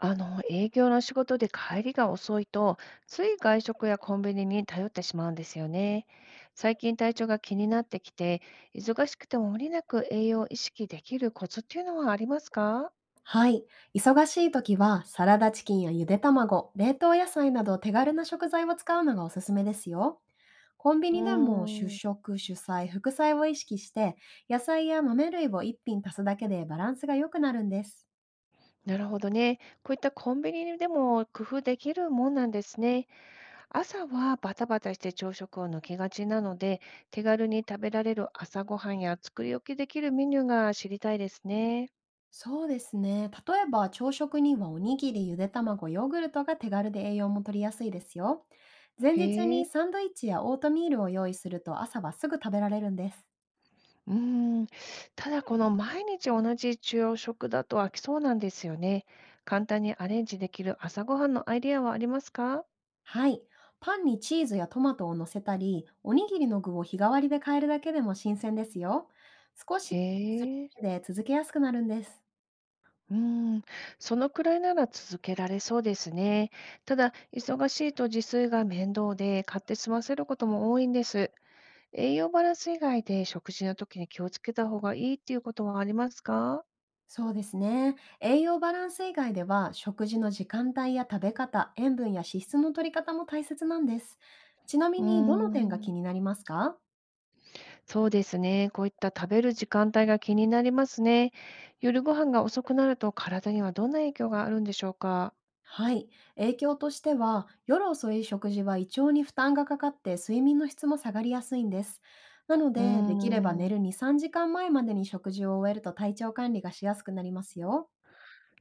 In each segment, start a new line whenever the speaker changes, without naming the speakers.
営業の仕事で帰りが遅いと、つい外食やコンビニに頼ってしまうんですよね。最近体調が気になってきて、忙しくても無理なく栄養を意識できるコツっていうのはありますか？
はい。忙しい時は、サラダチキンやゆで卵、冷凍野菜など手軽な食材を使うのがおすすめですよ。コンビ
うー
ニでも主
ん、
食、主菜、副菜を意識して、野菜や豆類を一品足すだけでバランスが良くなるんです。
なるほどね。こういったコンビニでも工夫できるもんなんですね。朝はバタバタして朝食を抜けがちなので、手軽に食べられる朝ごはんや作り置きできるメニューが知りたいですね。
そうですね。例えば朝食にはおにぎり、ゆで卵、ヨーグルトが手軽で栄養も取りやすいですよ。前日
へ
に
え。
サンドイッチやオートミールを用意すると朝はすぐ食べられるんです。
うーん、ただこの毎日同じ昼食だと飽きそうなんですよね。簡単にアレンジできる朝ごはんのアイディアはありますか？
はい。パンにチーズやトマトを乗せたり、おにぎりの具を日替わりで変えるだけでも新鮮ですよ。少し
へ
する
え、
だけで続けやすくなるんです。
うーん、そのくらいなら続けられそうですね。ただ、忙しいと自炊が面倒で買って済ませることも多いんです。栄養バランス以外で食事の時に気をつけた方がいいっていうことはありますか？
そうですね。栄養バランス以外では、食事の時間帯や食べ方、塩分や脂質の取り方も大切なんです。ちなみ
うー
に、どの点が気に
ん。
なりますか？
そうですね。こういった食べる時間帯が気になりますね。夜ご飯が遅くなると体にはどんな影響があるんでしょうか？
はい。影響としては、夜遅い食事は胃腸に負担がかかって睡眠の質も下がりやすいんです。なの
うー
で、できれば寝
ん、
る2、3時間前までに食事を終えると体調管理がしやすくなりますよ。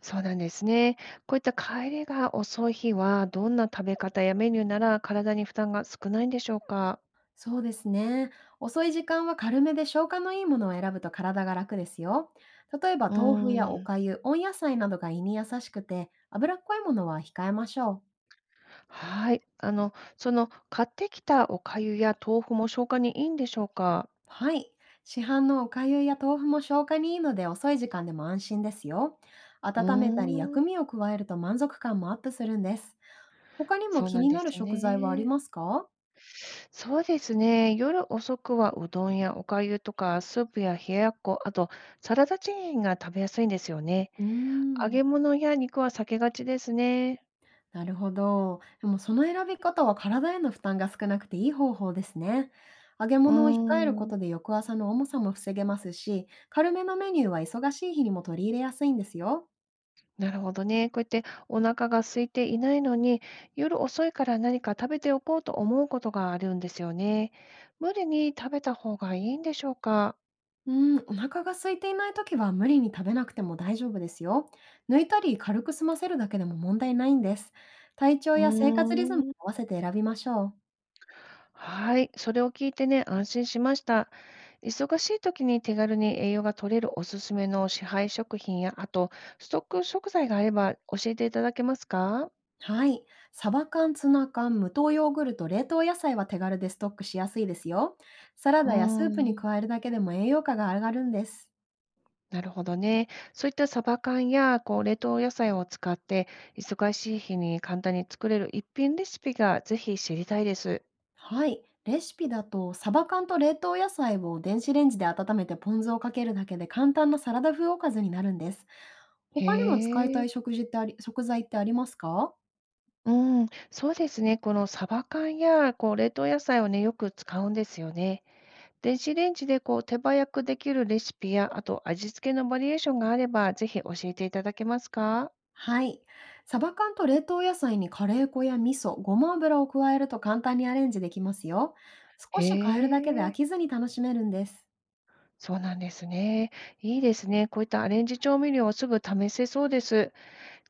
そうなんですね。こういった帰りが遅い日は、どんな食べ方やメニューなら体に負担が少ないんでしょうか？
そうですね。遅い時間は軽めで消化のいいものを選ぶと体が楽ですよ。例えば
う
豆腐
ー
やおか
ん。
ゆ、温野菜などが胃に優しくて、脂っこいものは控えましょう。
はい。買ってきたおかゆや豆腐も消化にいいんでしょうか？
はい。市販のおかゆや豆腐も消化にいいので遅い時間でも安心ですよ。
うー
温めたり薬
ん
味を加えると満足感もアップするんです。他にも
そう
気
なん
に
で
なる
す
食材はあり
ね。
ますか？
そうですね。夜遅くはうどんやお粥とかスープや冷ややっこ、あとサラダチキンが食べやすいんですよね。
うー
揚
ん、
げ物や肉は避けがちですね。
なるほど。でもその選び方は体への負担が少なくていい方法ですね。揚げ
うー
物を控えるこ
ん、
とで翌朝の重さも防げますし、軽めのメニューは忙しい日にも取り入れやすいんですよ。
なるほどね。こうやってお腹が空いていないのに、夜遅いから何か食べておこうと思うことがあるんですよね。無理に食べた方がいいんでしょうか。
うーん、お腹が空いていないときは無理に食べなくても大丈夫ですよ。抜いたり軽く済ませるだけでも問題ないんです。体調
う
や生活リズムに
ー
合
ん。
わせて選びましょう。
はい。それを聞いてね、安心しました。忙しい時に手軽に栄養が取れるおすすめの市販食品や、あとストック食材があれば教えていただけますか？
はい。サバ缶、ツナ缶、無糖ヨーグルト、冷凍野菜は手軽でストックしやすいですよ。サラ
う
ダやス
ー
ープに
ん、
加えるだけでも栄養価が上がるんです。
なるほどね。そういったサバ缶や、冷凍野菜を使って、忙しい日に簡単に作れる一品レシピがぜひ知りたいです。
はい。レシピだと、サバ缶と冷凍野菜を電子レンジで温めてポン酢をかけるだけで簡単なサラダ風おかずになるんです。
へ
他にも使いた
え。
い食事ってあり、食材ってありますか？
うん、そうですね。このサバ缶や、冷凍野菜をね、よく使うんですよね。電子レンジでこう手早くできるレシピや、あと味付けのバリエーションがあれば、ぜひ教えていただけますか？
はい。サバ缶と冷凍野菜にカレー粉や味噌、ごま油を加えると簡単にアレンジできますよ。少
へ
し変えるだけで飽
え、
きずに楽しめるんです。
そうなんですね。いいですね。こういったアレンジ調味料をすぐ試せそうです。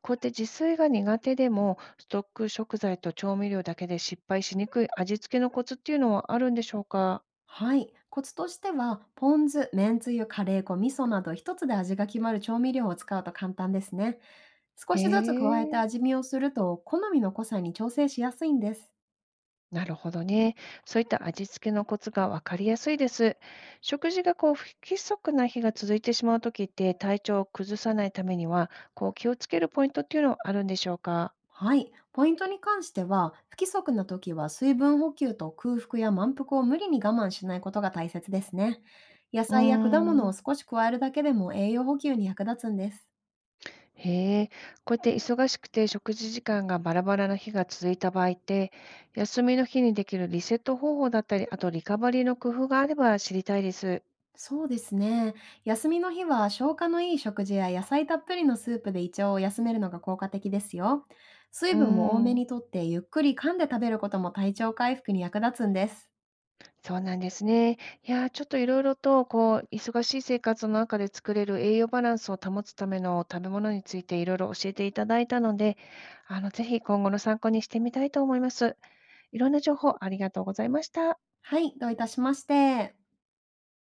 こうやって自炊が苦手でも、ストック食材と調味料だけで失敗しにくい味付けのコツっていうのはあるんでしょうか？
はい。コツとしては、ポン酢、めんつゆ、カレー粉、味噌など一つで味が決まる調味料を使うと簡単ですね。少
へ
しずつ加えて
え。
味見をすると、好みの濃さに調整しやすいんです。
なるほどね。そういった味付けのコツがわかりやすいです。食事がこう不規則な日が続いてしまうときって、体調を崩さないためには、こう気をつけるポイントっていうのはあるんでしょうか？
はい。ポイントに関しては、不規則な時は水分補給と空腹や満腹を無理に我慢しないことが大切ですね。野
うー
菜や果物を
ん。
少し加えるだけでも栄養補給に役立つんです。
へえ。こうやって忙しくて食事時間がバラバラな日が続いた場合って、休みの日にできるリセット方法だったり、あとリカバリーの工夫があれば知りたいです。
そうですね。休みの日は消化のいい食事や野菜たっぷりのスープで胃腸を休めるのが効果的ですよ。水
うー
分を多め
ん。
にとってゆっくり噛んで食べることも体調回復に役立つんです。
そうなんですね。いやー、ちょっといろいろと、忙しい生活の中で作れる栄養バランスを保つための食べ物についていろいろ教えていただいたので、ぜひ今後の参考にしてみたいと思います。いろんな情報ありがとうございました。
はい、どういたしまして。